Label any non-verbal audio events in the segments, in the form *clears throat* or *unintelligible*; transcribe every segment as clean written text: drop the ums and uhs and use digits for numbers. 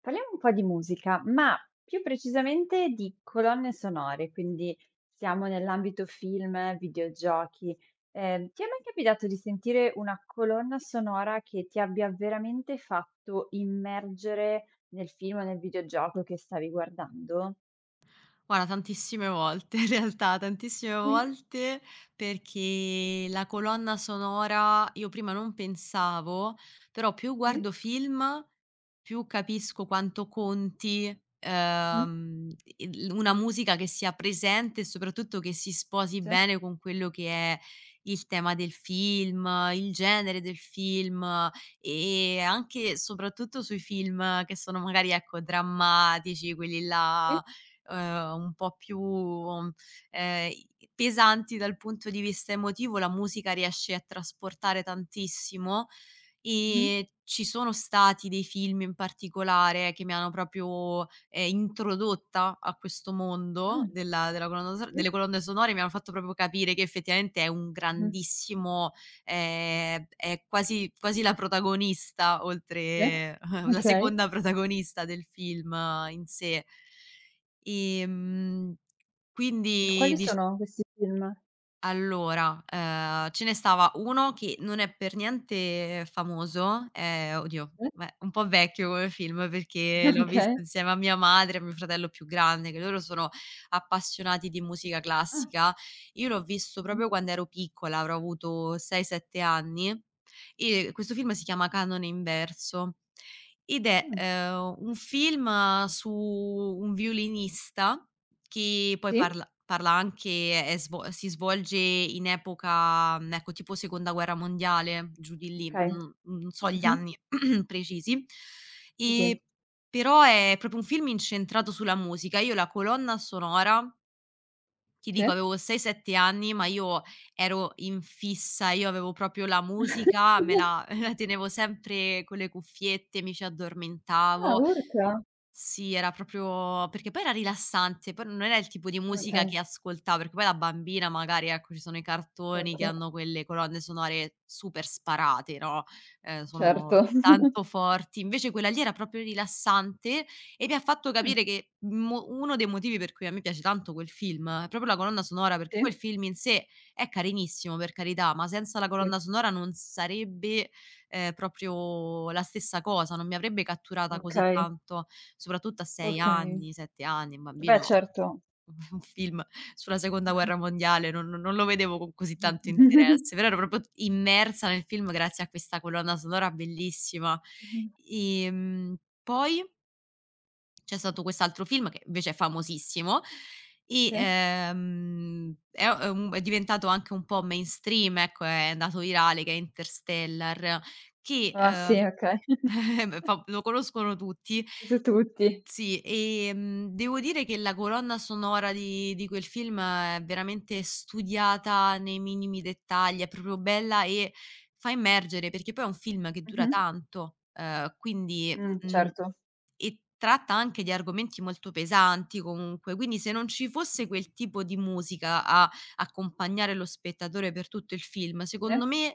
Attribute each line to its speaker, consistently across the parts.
Speaker 1: Parliamo un po' di musica, ma più precisamente di colonne sonore, quindi siamo nell'ambito film, videogiochi. Ti è mai capitato di sentire una colonna sonora che ti abbia veramente fatto immergere nel film o nel videogioco che stavi guardando?
Speaker 2: Guarda, tantissime volte in realtà, tantissime
Speaker 1: Sì,
Speaker 2: volte, perché la colonna sonora, io prima non pensavo, però più
Speaker 1: sì.
Speaker 2: guardo film, più capisco quanto conti,
Speaker 1: Mh-mh.
Speaker 2: ehm, il una musica che sia presente e soprattutto che si sposi
Speaker 1: Sì.
Speaker 2: bene con quello che è il tema del film, il genere del film, e anche e soprattutto sui film che sono magari, ecco, drammatici, quelli
Speaker 1: Sì.
Speaker 2: là, un po' più, ehm, i pesanti dal punto di vista emotivo, la musica riesce a trasportare tantissimo.
Speaker 1: Mh-mh.
Speaker 2: Ci sono stati dei film in particolare che mi hanno proprio, introdotta a questo
Speaker 1: Ah.
Speaker 2: mondo della della colonna sonora
Speaker 1: Sì.
Speaker 2: delle colonne sonore, mi hanno fatto proprio capire che effettivamente è un
Speaker 1: Mh-mh.
Speaker 2: grandissimo, è quasi quasi la protagonista,
Speaker 1: Sì.
Speaker 2: oltre *laughs* la
Speaker 1: Okay.
Speaker 2: seconda protagonista del film, in sé. Ehm, quindi
Speaker 1: Quali
Speaker 2: dic
Speaker 1: sono questi film?
Speaker 2: allora, ce ne stava uno che non è per niente famoso, oddio,
Speaker 1: Mh.
Speaker 2: beh, un po' vecchio come film, perché
Speaker 1: *laughs*
Speaker 2: l'ho
Speaker 1: Okay.
Speaker 2: visto insieme a mia madre e a mio fratello più grande, che loro sono appassionati di musica
Speaker 1: Ah.
Speaker 2: classica. Io l'ho visto
Speaker 1: Mh-mh.
Speaker 2: proprio quando ero piccola, avrò avuto 6, 7 anni, e questo film si chiama Canone inverso, ed è,
Speaker 1: Mh.
Speaker 2: un film su un violinista che poi
Speaker 1: Sì.
Speaker 2: parla anche, è svo si svolge in epoca, ecco, tipo seconda guerra mondiale, giù di lì,
Speaker 1: Okay.
Speaker 2: non so gli
Speaker 1: Mh-mh.
Speaker 2: anni *clears throat* precisi.
Speaker 1: Sì,
Speaker 2: Ehm,
Speaker 1: sì.
Speaker 2: Però è proprio un film incentrato sulla musica. Io la colonna sonora, ti dico,
Speaker 1: Sì.
Speaker 2: avevo 6, 7 anni, ma io ero in fissa, io avevo proprio la musica, me
Speaker 1: *laughs*
Speaker 2: la *laughs* me la tenevo sempre con le cuffiette, mi ci
Speaker 1: Ah,
Speaker 2: addormentavo.
Speaker 1: urca.
Speaker 2: Sì, era proprio perché poi era rilassante, poi non era il tipo di musica
Speaker 1: Okay,
Speaker 2: che ascoltavo, perché poi da bambina, magari, ecco, ci sono i cartoni che
Speaker 1: certo.
Speaker 2: hanno quelle colonne sonore super sparate, no, sono
Speaker 1: Certo. *laughs*
Speaker 2: tanto forti, invece quella lì era proprio rilassante, e mi ha fatto
Speaker 1: Mh,
Speaker 2: capire che mo uno dei motivi per cui a me piace tanto quel film è proprio la colonna sonora, perché poi
Speaker 1: sì,
Speaker 2: il film in sé è carinissimo, per carità, ma senza la
Speaker 1: sì.
Speaker 2: colonna sonora non sarebbe, proprio la stessa cosa, non mi avrebbe catturata così
Speaker 1: Okay,
Speaker 2: tanto, soprattutto a 6
Speaker 1: okay.
Speaker 2: anni, 7 anni, un
Speaker 1: Beh,
Speaker 2: bambino
Speaker 1: certo.
Speaker 2: *laughs* un film sulla seconda guerra
Speaker 1: *laughs*
Speaker 2: mondiale non lo vedevo con così tanto
Speaker 1: Mh-mh.
Speaker 2: interesse, però ero proprio immersa nel film grazie a questa colonna sonora bellissima. Ehm, Poi c'è stato quest'altro film che invece è famosissimo, e,
Speaker 1: Sì.
Speaker 2: è diventato anche un po' mainstream, ecco, è andato virale, che è Interstellar, che,
Speaker 1: Ah, sì, okay. *laughs*
Speaker 2: *laughs* fa lo conoscono tutti.
Speaker 1: Su tutti.
Speaker 2: Sì, devo dire che la colonna sonora di quel film è veramente studiata nei minimi dettagli, è proprio bella, e fa immergere, perché poi è un film che dura
Speaker 1: Mh-mh.
Speaker 2: tanto, quindi, mhmm
Speaker 1: Certo.
Speaker 2: e tratta anche di argomenti molto pesanti comunque, quindi se non ci fosse quel tipo di musica a accompagnare lo spettatore per tutto il film, secondo
Speaker 1: Sì.
Speaker 2: me,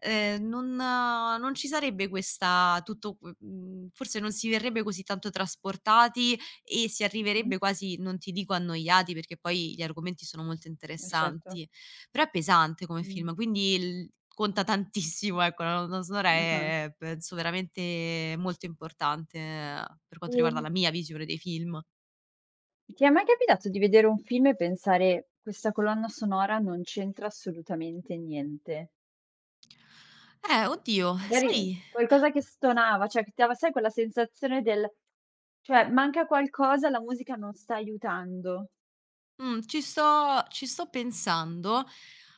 Speaker 2: non ci sarebbe questa, forse non si verrebbe così tanto trasportati, e si
Speaker 1: Mh-mh.
Speaker 2: arriverebbe quasi, non ti dico, annoiati, perché poi gli argomenti sono molto
Speaker 1: Certo.
Speaker 2: interessanti, però è pesante come
Speaker 1: Mh.
Speaker 2: film, quindi il
Speaker 1: Mh.
Speaker 2: conta tantissimo, ecco, la colonna
Speaker 1: *unintelligible*
Speaker 2: sonora
Speaker 1: Mh-mh.
Speaker 2: è, penso, veramente molto importante, per quanto riguarda
Speaker 1: Ehm
Speaker 2: la mia visione dei film.
Speaker 1: Ti è mai capitato di vedere un film e pensare: "Questa colonna sonora non c'entra assolutamente niente"?
Speaker 2: Oddio,
Speaker 1: Magari
Speaker 2: sai,
Speaker 1: qualcosa che stonava, cioè che ti dava sai quella sensazione del cioè manca qualcosa, la musica non sta aiutando.
Speaker 2: Ci sto pensando,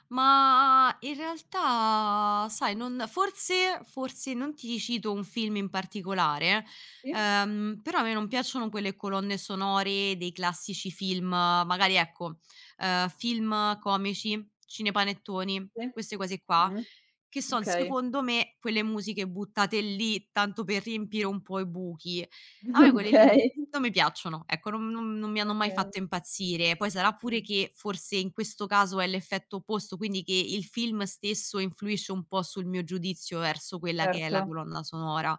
Speaker 2: ma in realtà, sai, non, forse non ti cito un film in particolare,
Speaker 1: Sì,
Speaker 2: però a me non piacciono quelle colonne sonore dei classici film, magari, ecco, film comici, cinepanettoni,
Speaker 1: sì.
Speaker 2: queste cose qua,
Speaker 1: Mh.
Speaker 2: che son
Speaker 1: Okay.
Speaker 2: secondo me quelle musiche buttate lì tanto per riempire un po' i buchi. A me
Speaker 1: *laughs*
Speaker 2: quelle lì non
Speaker 1: Okay.
Speaker 2: non mi piacciono, ecco, non mi hanno mai
Speaker 1: Okay.
Speaker 2: fatto impazzire. Poi sarà pure
Speaker 1: Mh-mh.
Speaker 2: che forse in questo caso è l'effetto opposto, quindi che il film stesso influisce un po' sul mio giudizio verso quella che è
Speaker 1: Certo.
Speaker 2: la colonna sonora,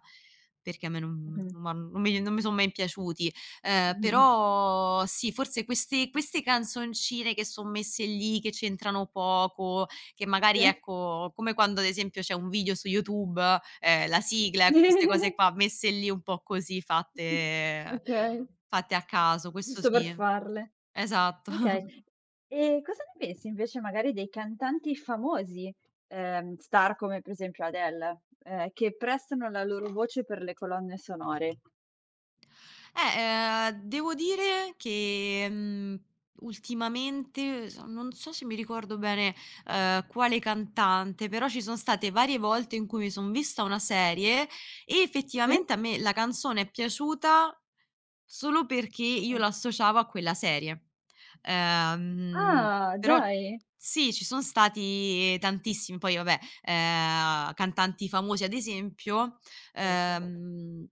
Speaker 2: perché a me non
Speaker 1: Mh-mh.
Speaker 2: non m'han non mi non mi son mai piaciuti.
Speaker 1: Mh-mh.
Speaker 2: Però sì, forse queste canzoncine che son messe lì, che c'entrano poco, che magari,
Speaker 1: Sì.
Speaker 2: ecco, come quando ad esempio c'è un video su YouTube, la sigla, ecco, queste cose qua messe lì un po' così,
Speaker 1: *laughs*
Speaker 2: fatte
Speaker 1: Okay.
Speaker 2: fatte a caso, questo
Speaker 1: Giusto per
Speaker 2: sì.
Speaker 1: farle.
Speaker 2: Esatto.
Speaker 1: Okay. E cosa ne pensi invece magari dei cantanti famosi, star come per esempio Adele, che prestano la loro voce per le colonne sonore?
Speaker 2: Devo dire che, ultimamente, s non so se mi ricordo bene, quale cantante, però ci son state varie volte in cui mi son vista una serie, e
Speaker 1: Sì?
Speaker 2: effettivamente a me la canzone è piaciuta solo perché io
Speaker 1: Mh.
Speaker 2: l'associavo a quella serie. Ehm,
Speaker 1: Ah,
Speaker 2: Però
Speaker 1: dai!
Speaker 2: sì, ci son stati tantissimi, poi vabbè, cantanti famosi, ad esempio,
Speaker 1: Certo.
Speaker 2: ehm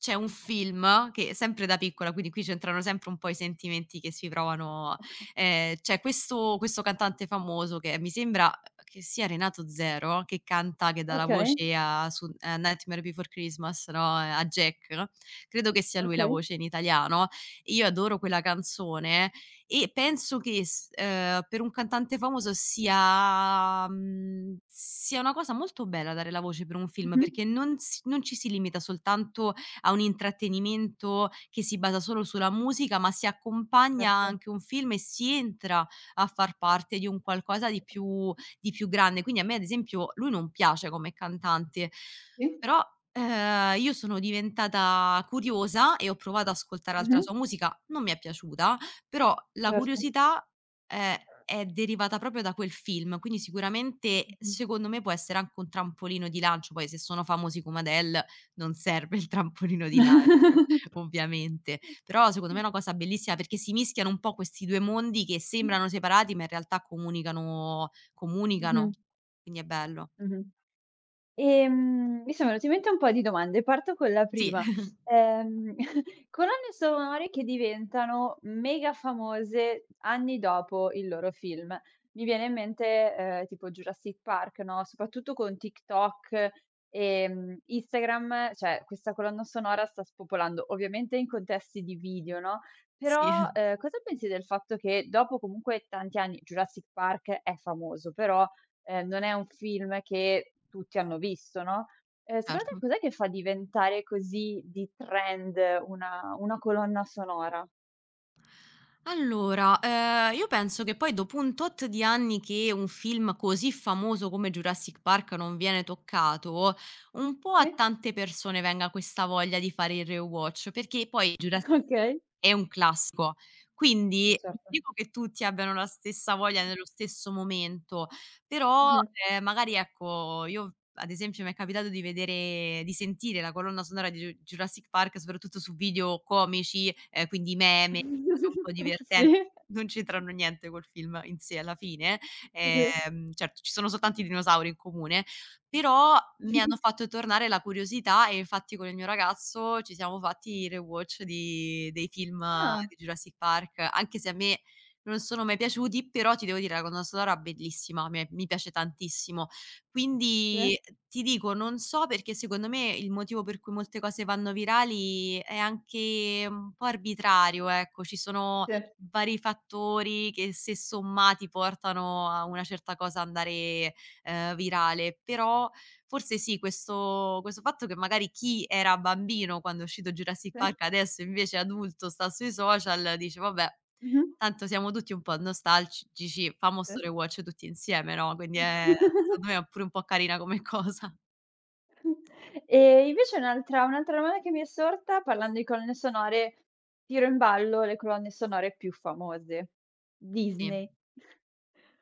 Speaker 2: c'è un film che sempre da piccola, quindi qui c'entrano sempre un po' i sentimenti che si provano, c'è questo cantante famoso che mi sembra che sia Renato Zero, che canta, che dà la
Speaker 1: Okay,
Speaker 2: voce a Nightmare Before Christmas, no, a Jack, credo che sia lui la
Speaker 1: okay.
Speaker 2: voce in italiano. Io adoro quella canzone, e penso che, s per un cantante famoso sia, sia una cosa molto bella dare la voce per un film,
Speaker 1: Mh-mh.
Speaker 2: perché non ci si limita soltanto a un intrattenimento che si basa solo sulla musica, ma si accompagna
Speaker 1: Certo.
Speaker 2: anche un film, e si entra a far parte di un qualcosa di più grande. Quindi a me, ad esempio, lui non piace come cantante,
Speaker 1: Sì.
Speaker 2: però, io sono diventata curiosa e ho provato ad ascoltare altra
Speaker 1: Mh-mh.
Speaker 2: sua musica, non mi è piaciuta, però la
Speaker 1: Certo.
Speaker 2: curiosità, ehm, è derivata proprio da quel film, quindi sicuramente,
Speaker 1: Mh-mh.
Speaker 2: secondo me, può essere anche un trampolino di lancio, poi se sono famosi come Adele, non serve il trampolino di lancio,
Speaker 1: *laughs*
Speaker 2: ovviamente. Però secondo me è una cosa bellissima perché si mischiano un po' questi 2 mondi che
Speaker 1: Mh.
Speaker 2: sembrano separati, ma in realtà comunicano,
Speaker 1: Mh-mh.
Speaker 2: comunicano, quindi è bello.
Speaker 1: Mh-mh. Mi sono venute in mente un po' di domande, parto con la
Speaker 2: Sì, *laughs*
Speaker 1: prima. Ehm, *laughs* colonne sonore che diventano mega famose anni dopo il loro film. Mi viene in mente, tipo Jurassic Park, no, soprattutto con TikTok, Instagram, cioè questa colonna sonora sta spopolando, ovviamente in contesti di video, no, però,
Speaker 2: sì,
Speaker 1: cosa pensi del fatto che dopo comunque tanti anni Jurassic Park è famoso, però non è un film che tutti hanno visto, no, secondo te
Speaker 2: certo.
Speaker 1: cos'è che fa diventare così di trend una colonna sonora?
Speaker 2: Allora, io penso che poi, dopo un tot di anni che un film così famoso come Jurassic Park non viene toccato, un po' a
Speaker 1: Sì.
Speaker 2: tante persone venga questa voglia di fare il rewatch, perché poi Jurass
Speaker 1: *laughs* Okay.
Speaker 2: è un classico.
Speaker 1: Sì,
Speaker 2: Quindi non
Speaker 1: certo.
Speaker 2: dico che tutti abbiano la stessa voglia nello stesso momento, però,
Speaker 1: Mh-mh.
Speaker 2: magari, ecco, io ad esempio mi è capitato di vedere, di sentire la colonna sonora di Ju Jurassic Park, soprattutto su video comici, quindi meme, cose un po'
Speaker 1: *laughs*
Speaker 2: divertenti,
Speaker 1: Sì.
Speaker 2: non c'entrano niente col film in sé alla fine.
Speaker 1: Sì, *laughs* sì.
Speaker 2: Certo, ci sono soltanto i dinosauri in comune, però mi hanno fatto tornare la curiosità, e infatti con il mio ragazzo ci siamo fatti il rewatch di dei film
Speaker 1: Ah.
Speaker 2: di Jurassic Park, anche se a me non sono mai piaciuti, però ti devo dire, la colonna sonora bellissima, a me mi piace tantissimo.
Speaker 1: Sì,
Speaker 2: Quindi, ti dico, non so, perché secondo me il motivo per cui molte cose vanno virali è anche un po' arbitrario, ecco. Ci sono
Speaker 1: sì,
Speaker 2: vari fattori che, se sommati, portano a una certa cosa andare, virale. Però forse sì, questo fatto che magari chi era bambino quando è uscito Jurassic
Speaker 1: sì.
Speaker 2: Park, adesso invece è adulto, sta sui social, dice: "Vabbè".
Speaker 1: Mh-mh.
Speaker 2: Tanto siamo tutti un po' nostalgici, famo
Speaker 1: Sì.
Speaker 2: sto rewatch tutti insieme, no, quindi è secondo me
Speaker 1: *laughs*
Speaker 2: è pure un po' carina come *laughs* cosa.
Speaker 1: E invece un'altra domanda che mi è sorta, parlando di colonne sonore, tiro in ballo le colonne sonore più famose.
Speaker 2: Sì.
Speaker 1: Disney.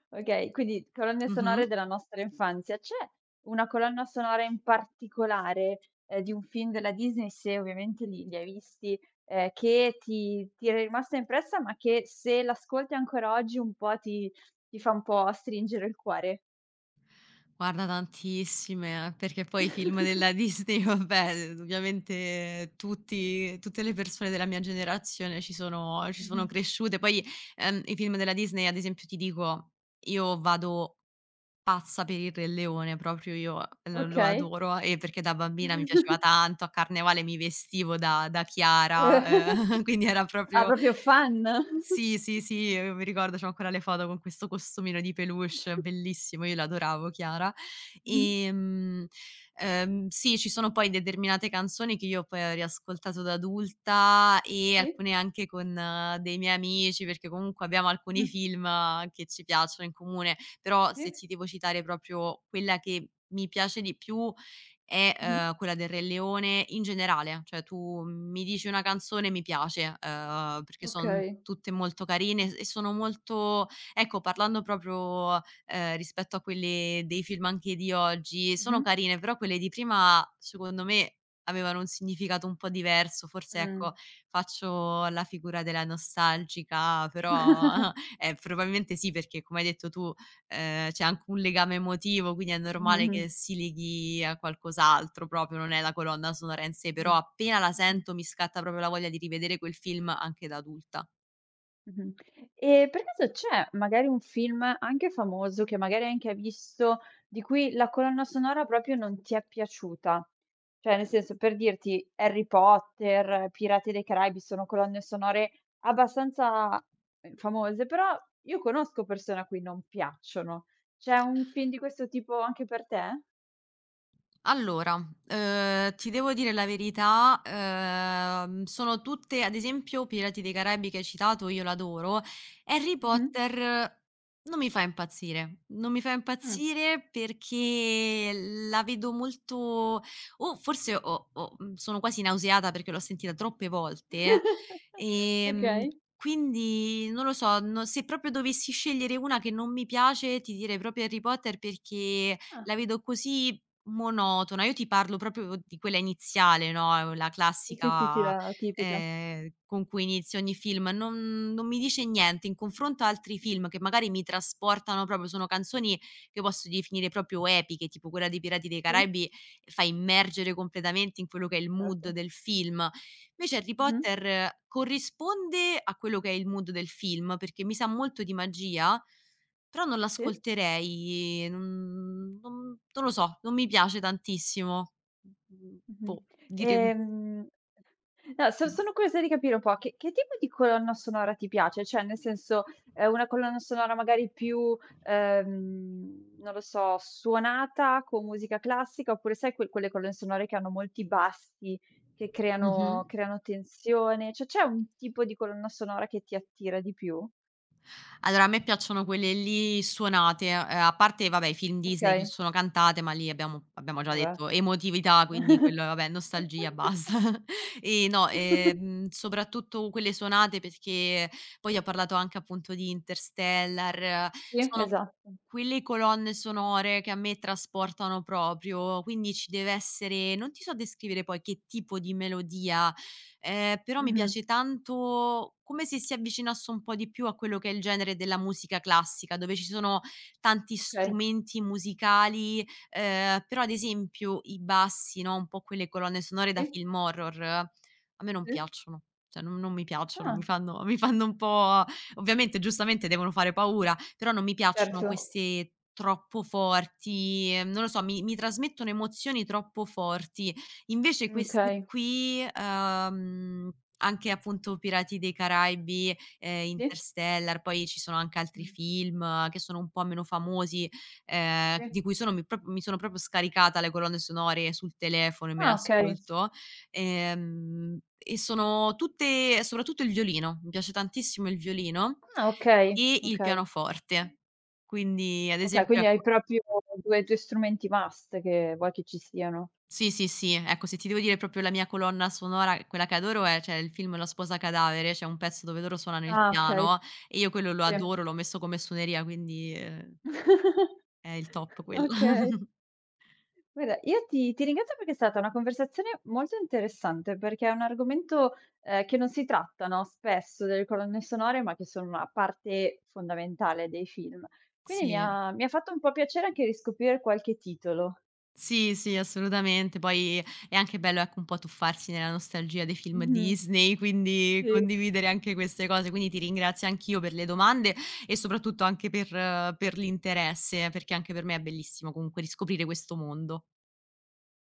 Speaker 1: Okay, quindi colonne
Speaker 2: Mh-mh.
Speaker 1: sonore della nostra infanzia. C'è una colonna sonora in particolare, di un film della Disney, se ovviamente li hai visti, che ti è rimasta impressa, ma che se l'ascolti ancora oggi un po' ti ti fa un po' stringere il cuore?
Speaker 2: Guarda, tantissime, perché poi i film
Speaker 1: *laughs*
Speaker 2: della *laughs* Disney, vabbè, ovviamente tutti tutte le persone della mia generazione ci sono
Speaker 1: Mh-mh.
Speaker 2: cresciute. Poi, i film della Disney, ad esempio, ti dico, io vado pazza per il Re Leone, proprio io lo
Speaker 1: Okay.
Speaker 2: adoro, e perché da bambina mi piaceva tanto, a carnevale mi vestivo da Chiara, *laughs*
Speaker 1: *laughs* Eh.
Speaker 2: quindi era
Speaker 1: Ah,
Speaker 2: proprio.
Speaker 1: proprio fan?
Speaker 2: Sì, sì, sì, mi ricordo c'ho ancora le foto con questo costumino di peluche bellissimo, io l'adoravo Chiara.
Speaker 1: Mh-mh.
Speaker 2: Ehm, sì, ci sono poi determinate canzoni che io poi ho riascoltato da adulta, e
Speaker 1: Sì.
Speaker 2: alcune anche con, dei miei amici, perché comunque abbiamo alcuni
Speaker 1: Mh-mh.
Speaker 2: film, che ci piacciono in comune, però se
Speaker 1: Sì.
Speaker 2: ti devo citare proprio quella che mi piace di più, è,
Speaker 1: Mh-mh.
Speaker 2: quella del Re Leone in generale, cioè tu mi dici una canzone e mi piace, perché son
Speaker 1: Okay.
Speaker 2: tutte molto carine e sono molto, ecco, parlando proprio, rispetto a quelle dei film anche di oggi, sono
Speaker 1: Mh-mh.
Speaker 2: carine, però quelle di prima secondo me avevano un significato un po' diverso, forse,
Speaker 1: Mh.
Speaker 2: ecco, faccio la figura della nostalgica, però *laughs*
Speaker 1: *laughs*
Speaker 2: probabilmente sì, perché come hai detto tu, c'è anche un legame emotivo, quindi è normale
Speaker 1: Mh-mh.
Speaker 2: che si leghi a qualcos'altro, proprio non è la colonna sonora in sé,
Speaker 1: Mh.
Speaker 2: però appena la
Speaker 1: Mh-mh.
Speaker 2: sento mi scatta proprio la voglia di rivedere quel film anche da adulta.
Speaker 1: Mh-mh. E per caso c'è magari un film anche famoso, che magari anche hai visto, di cui la colonna sonora proprio non ti è piaciuta? Cioè nel senso, per dirti, Harry Potter, Pirati dei Caraibi sono colonne sonore abbastanza, famose, però io conosco persone a cui non piacciono. C'è un film di questo tipo anche per te?
Speaker 2: Allora, ti devo dire la verità, sono tutte, ad esempio Pirati dei Caraibi che hai citato, io l'adoro. Harry
Speaker 1: Mh-mh.
Speaker 2: Potter, non mi fa impazzire, non mi fa
Speaker 1: Ah.
Speaker 2: impazzire perché la vedo molto, o forse sono quasi nauseata perché l'ho sentita troppe volte,
Speaker 1: *laughs*
Speaker 2: ehm,
Speaker 1: Okay.
Speaker 2: quindi non lo so. No, se proprio dovessi scegliere una che non mi piace, ti direi proprio Harry Potter, perché
Speaker 1: Ah.
Speaker 2: la vedo così monotona. Io ti parlo proprio di quella iniziale, no, la
Speaker 1: Sì, sì, sì,
Speaker 2: classica,
Speaker 1: la tipica.
Speaker 2: con cui inizia ogni film. Non mi dice niente in confronto a altri
Speaker 1: Mh.
Speaker 2: film che magari mi trasportano proprio, sono canzoni che posso definire proprio epiche, tipo quella dei Pirati dei
Speaker 1: Sì,
Speaker 2: Caraibi, fa immergere completamente in quello che è il mood
Speaker 1: certo.
Speaker 2: del film. Invece Harry
Speaker 1: Mh-mh.
Speaker 2: Potter, corrisponde a quello che è il mood del film, perché mi sa molto di magia, però non
Speaker 1: Sì?
Speaker 2: l'ascolterei, non lo so, non mi piace tantissimo.
Speaker 1: Mh-mh.
Speaker 2: Boh, dire
Speaker 1: Ehm, no, so sono curiosa di capire un po' che tipo di colonna sonora ti piace? Cioè, nel senso, una colonna sonora magari più, non lo so, suonata con musica classica, oppure sai que quelle colonne sonore che hanno molti bassi, che
Speaker 2: Mh-mh.
Speaker 1: creano tensione? Cioè, c'è un tipo di colonna sonora che ti attira di più?
Speaker 2: Allora, a me piacciono quelle lì suonate, a parte, vabbè, i film Disney che
Speaker 1: Okay,
Speaker 2: sono cantate, ma lì abbiamo già
Speaker 1: vabbè.
Speaker 2: detto, emotività, quindi
Speaker 1: *laughs*
Speaker 2: quello, vabbè, nostalgia basta. *laughs* E no, soprattutto quelle suonate, perché poi ho parlato anche appunto di Interstellar,
Speaker 1: Sì,
Speaker 2: sono
Speaker 1: esatto.
Speaker 2: quelle colonne sonore che a me trasportano proprio, quindi ci deve essere, non ti so descrivere poi che tipo di melodia, però mi
Speaker 1: Mh-mh.
Speaker 2: piace tanto, come se si avvicinasse un po' di più a quello che è il genere della musica classica, dove ci sono tanti
Speaker 1: Okay.
Speaker 2: strumenti musicali, però ad esempio i bassi, no, un po' quelle colonne sonore da
Speaker 1: Sì,
Speaker 2: film horror, a me non
Speaker 1: sì.
Speaker 2: piacciono, cioè non mi piacciono, mi
Speaker 1: Ah,
Speaker 2: fanno mi fanno un po', ovviamente giustamente devono fare paura, però non mi piacciono
Speaker 1: certo.
Speaker 2: queste troppo forti, non lo so, mi trasmettono emozioni troppo forti. Invece questi
Speaker 1: Okay.
Speaker 2: qui, anche appunto Pirati dei Caraibi,
Speaker 1: Sì?
Speaker 2: Interstellar, poi ci sono anche altri
Speaker 1: Mh,
Speaker 2: film, che sono un po' meno famosi,
Speaker 1: sì.
Speaker 2: di cui sono proprio scaricata le colonne sonore sul telefono, e me le
Speaker 1: Ah, okay.
Speaker 2: ascolto, e sono tutte soprattutto il violino, mi piace tantissimo il violino
Speaker 1: Ah, okay,
Speaker 2: e il
Speaker 1: okay.
Speaker 2: pianoforte. Quindi ad
Speaker 1: Okay,
Speaker 2: esempio,
Speaker 1: quindi hai
Speaker 2: ecco.
Speaker 1: proprio 2 strumenti vast che vuoi che ci siano.
Speaker 2: Sì, sì, sì. Ecco, se ti devo dire proprio la mia colonna sonora, quella che adoro, è, cioè, il film La sposa cadavere, c'è un pezzo dove loro suonano il
Speaker 1: Ah, okay,
Speaker 2: piano, e io quello lo
Speaker 1: sì.
Speaker 2: adoro, l'ho messo come suoneria, quindi,
Speaker 1: *laughs*
Speaker 2: è il top quello.
Speaker 1: Okay.
Speaker 2: *laughs*
Speaker 1: Guarda, io ti ringrazio perché è stata una conversazione molto interessante, perché è un argomento, che non si trattano spesso delle colonne sonore, ma che sono una parte fondamentale dei film. Quindi mi
Speaker 2: Sì,
Speaker 1: ha mi ha fatto un po' piacere anche riscoprire qualche titolo.
Speaker 2: sì, sì, assolutamente. Poi è anche bello, ecco, un po' tuffarsi nella nostalgia dei film
Speaker 1: Mh-mh.
Speaker 2: Disney, quindi
Speaker 1: Sì.
Speaker 2: condividere anche queste cose. Quindi ti ringrazio anch'io per le domande, e soprattutto anche per l'interesse, perché anche per me è bellissimo comunque riscoprire questo mondo.